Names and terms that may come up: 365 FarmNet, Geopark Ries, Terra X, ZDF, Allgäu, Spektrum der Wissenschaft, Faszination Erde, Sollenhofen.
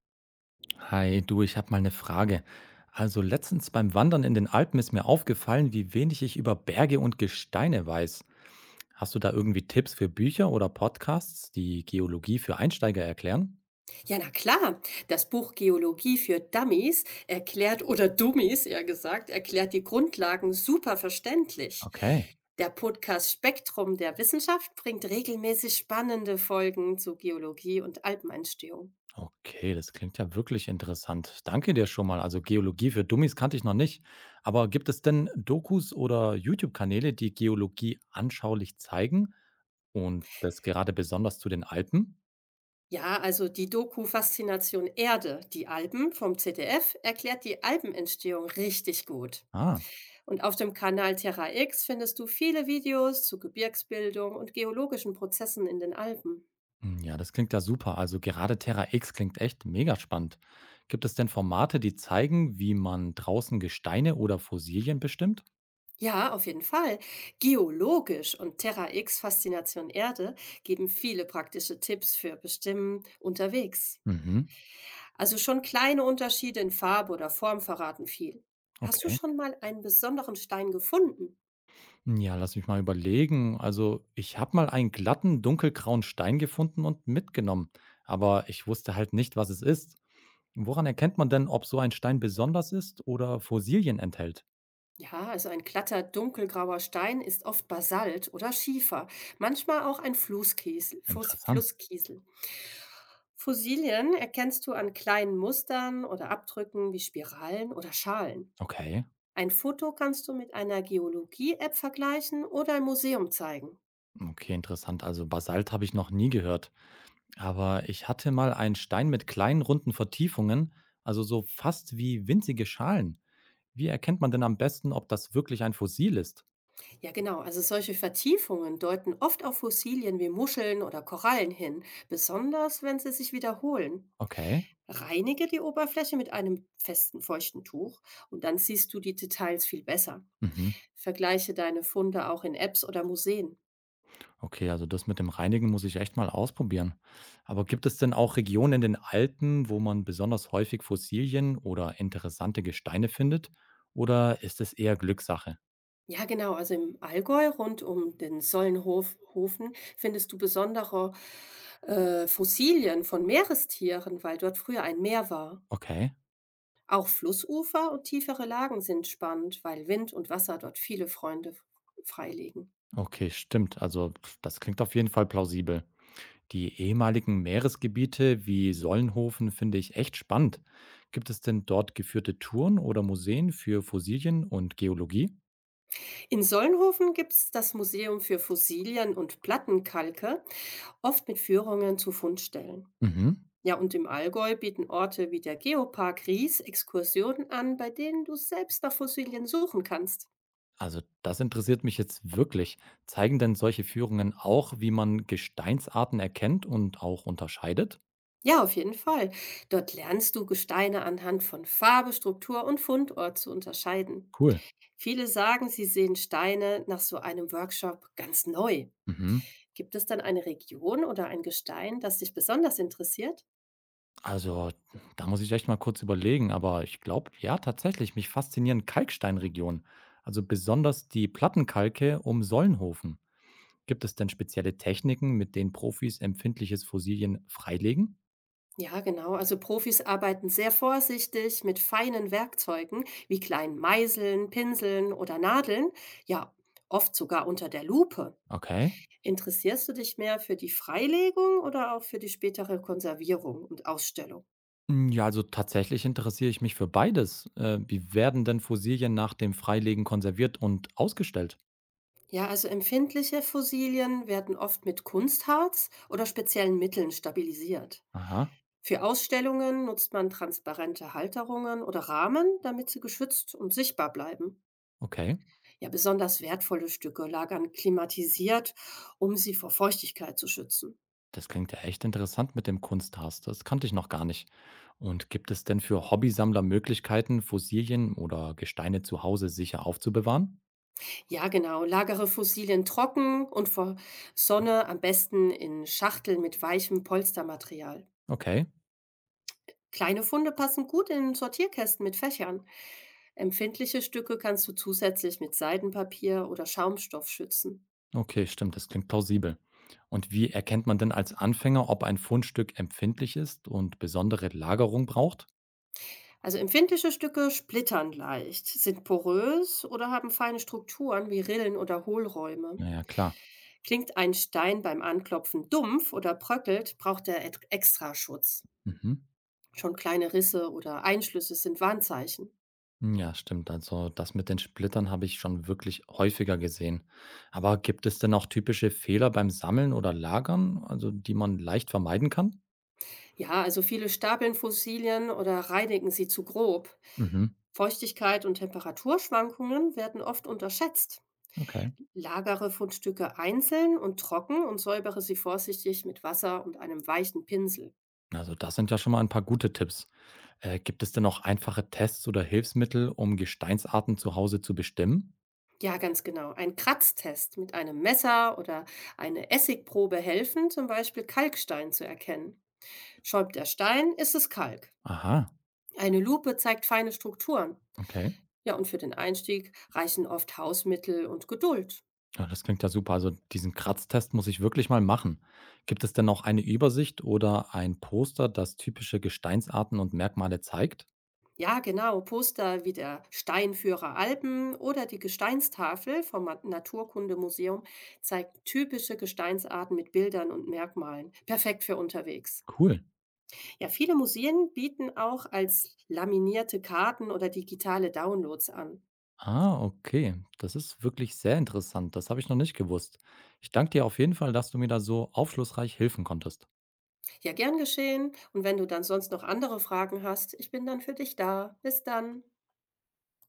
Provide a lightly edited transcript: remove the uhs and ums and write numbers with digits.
Hi, du, ich habe mal eine Frage. Also letztens beim Wandern in den Alpen ist mir aufgefallen, wie wenig ich über Berge und Gesteine weiß. Hast du da irgendwie Tipps für Bücher oder Podcasts, die Geologie für Einsteiger erklären? Ja, na klar. Das Buch Geologie für Dummies erklärt, oder Dummies eher gesagt, erklärt die Grundlagen super verständlich. Okay. Der Podcast Spektrum der Wissenschaft bringt regelmäßig spannende Folgen zu Geologie und Alpenentstehung. Okay, das klingt ja wirklich interessant. Danke dir schon mal. Also Geologie für Dummies kannte ich noch nicht. Aber gibt es denn Dokus oder YouTube-Kanäle, die Geologie anschaulich zeigen und das gerade besonders zu den Alpen? Ja, also die Doku Faszination Erde, die Alpen vom ZDF, erklärt die Alpenentstehung richtig gut. Ah. Und auf dem Kanal Terra X findest du viele Videos zu Gebirgsbildung und geologischen Prozessen in den Alpen. Hm, ja, das klingt ja super. Also gerade Terra X klingt echt mega spannend. Gibt es denn Formate, die zeigen, wie man draußen Gesteine oder Fossilien bestimmt? Ja, auf jeden Fall. Geologisch und Terra X Faszination Erde geben viele praktische Tipps für Bestimmen unterwegs. Mhm. Also schon kleine Unterschiede in Farbe oder Form verraten viel. Hast du Okay. schon mal einen besonderen Stein gefunden? Hm, ja, lass mich mal überlegen. Also, ich habe mal einen glatten, dunkelgrauen Stein gefunden und mitgenommen, aber ich wusste halt nicht, was es ist. Woran erkennt man denn, ob so ein Stein besonders ist oder Fossilien enthält? Ja, also ein glatter, dunkelgrauer Stein ist oft Basalt oder Schiefer, manchmal auch ein Flusskiesel, Fluss, Interessant. Flusskiesel. Fossilien erkennst du an kleinen Mustern oder Abdrücken wie Spiralen oder Schalen. Okay. Ein Foto kannst du mit einer Geologie-App vergleichen oder im Museum zeigen. Okay, interessant. Also Basalt habe ich noch nie gehört. Aber ich hatte mal einen Stein mit kleinen runden Vertiefungen, also so fast wie winzige Schalen. Wie erkennt man denn am besten, ob das wirklich ein Fossil ist? Ja, genau. Also solche Vertiefungen deuten oft auf Fossilien wie Muscheln oder Korallen hin, besonders wenn sie sich wiederholen. Okay. Reinige die Oberfläche mit einem festen, feuchten Tuch und dann siehst du die Details viel besser. Mhm. Vergleiche deine Funde auch in Apps oder Museen. Okay, also das mit dem Reinigen muss ich echt mal ausprobieren. Aber gibt es denn auch Regionen in den Alpen, wo man besonders häufig Fossilien oder interessante Gesteine findet? Oder ist es eher Glückssache? Ja, genau. Also im Allgäu rund um den Sollenhof Hofen findest du besondere Fossilien von Meerestieren, weil dort früher ein Meer war. Okay. Auch Flussufer und tiefere Lagen sind spannend, weil Wind und Wasser dort viele Freunde freilegen. Okay, stimmt. Also pf, das klingt auf jeden Fall plausibel. Die ehemaligen Meeresgebiete wie Sollenhofen finde ich echt spannend. Gibt es denn dort geführte Touren oder Museen für Fossilien und Geologie? In Sollenhofen gibt es das Museum für Fossilien und Plattenkalke, oft mit Führungen zu Fundstellen. Mhm. Ja, und im Allgäu bieten Orte wie der Geopark Ries Exkursionen an, bei denen du selbst nach Fossilien suchen kannst. Also das interessiert mich jetzt wirklich. Zeigen denn solche Führungen auch, wie man Gesteinsarten erkennt und auch unterscheidet? Ja, auf jeden Fall. Dort lernst du, Gesteine anhand von Farbe, Struktur und Fundort zu unterscheiden. Cool. Viele sagen, sie sehen Steine nach so einem Workshop ganz neu. Mhm. Gibt es dann eine Region oder ein Gestein, das dich besonders interessiert? Also da muss ich echt mal kurz überlegen, aber ich glaube, ja, tatsächlich, mich faszinieren Kalksteinregionen, also besonders die Plattenkalke um Sollenhofen. Gibt es denn spezielle Techniken, mit denen Profis empfindliches Fossilien freilegen? Ja, genau. Also Profis arbeiten sehr vorsichtig mit feinen Werkzeugen wie kleinen Meißeln, Pinseln oder Nadeln. Ja, oft sogar unter der Lupe. Okay. Interessierst du dich mehr für die Freilegung oder auch für die spätere Konservierung und Ausstellung? Hm, ja, also tatsächlich interessiere ich mich für beides. Wie werden denn Fossilien nach dem Freilegen konserviert und ausgestellt? Ja, also empfindliche Fossilien werden oft mit Kunstharz oder speziellen Mitteln stabilisiert. Aha. Für Ausstellungen nutzt man transparente Halterungen oder Rahmen, damit sie geschützt und sichtbar bleiben. Okay, Ja, besonders wertvolle Stücke lagern klimatisiert, um sie vor Feuchtigkeit zu schützen. das klingt ja echt interessant mit dem Kunstharz. Das kannte ich noch gar nicht. Und gibt es denn für Hobbysammler Möglichkeiten, Fossilien oder Gesteine zu Hause sicher aufzubewahren? Ja, genau, lagere Fossilien trocken und vor Sonne am besten in Schachteln mit weichem Polstermaterial. Okay. Kleine Funde passen gut in Sortierkästen mit Fächern. Empfindliche Stücke kannst du zusätzlich mit Seidenpapier oder Schaumstoff schützen. Okay, stimmt, das klingt plausibel. Und wie erkennt man denn als Anfänger, ob ein Fundstück empfindlich ist und besondere Lagerung braucht? Also empfindliche Stücke splittern leicht, sind porös oder haben feine Strukturen wie Rillen oder Hohlräume. Naja, klar. Klingt ein Stein beim Anklopfen dumpf oder bröckelt, braucht er extra Schutz. Mhm. Schon kleine Risse oder Einschlüsse sind Warnzeichen. Ja, stimmt. Also das mit den Splittern habe ich schon wirklich häufiger gesehen. Aber gibt es denn auch typische Fehler beim Sammeln oder Lagern, also die man leicht vermeiden kann? Ja, also viele stapeln Fossilien oder reinigen sie zu grob. Mhm. Feuchtigkeit und Temperaturschwankungen werden oft unterschätzt. Okay. Lagere Fundstücke einzeln und trocken und säubere sie vorsichtig mit Wasser und einem weichen Pinsel. Also das sind ja schon mal ein paar gute Tipps. Gibt es denn auch einfache Tests oder Hilfsmittel, um Gesteinsarten zu Hause zu bestimmen? Ja, ganz genau. Ein Kratztest mit einem Messer oder eine Essigprobe helfen, zum Beispiel Kalkstein zu erkennen. Schäumt der Stein, ist es Kalk. Aha, Eine Lupe zeigt feine Strukturen. okay. Ja, und für den Einstieg reichen oft Hausmittel und Geduld. Ja, das klingt ja super. Also diesen Kratztest muss ich wirklich mal machen. Gibt es denn noch eine Übersicht oder ein Poster, das typische Gesteinsarten und Merkmale zeigt? Ja, genau. Poster wie der Steinführer Alpen oder die Gesteinstafel vom Naturkundemuseum zeigen typische Gesteinsarten mit Bildern und Merkmalen. Perfekt für unterwegs. Cool. Ja, viele Museen bieten auch als laminierte Karten oder digitale Downloads an. Ah, okay. Das ist wirklich sehr interessant. Das habe ich noch nicht gewusst. Ich danke dir auf jeden Fall, dass du mir da so aufschlussreich helfen konntest. Ja, gern geschehen. Und wenn du dann sonst noch andere Fragen hast, ich bin dann für dich da. Bis dann.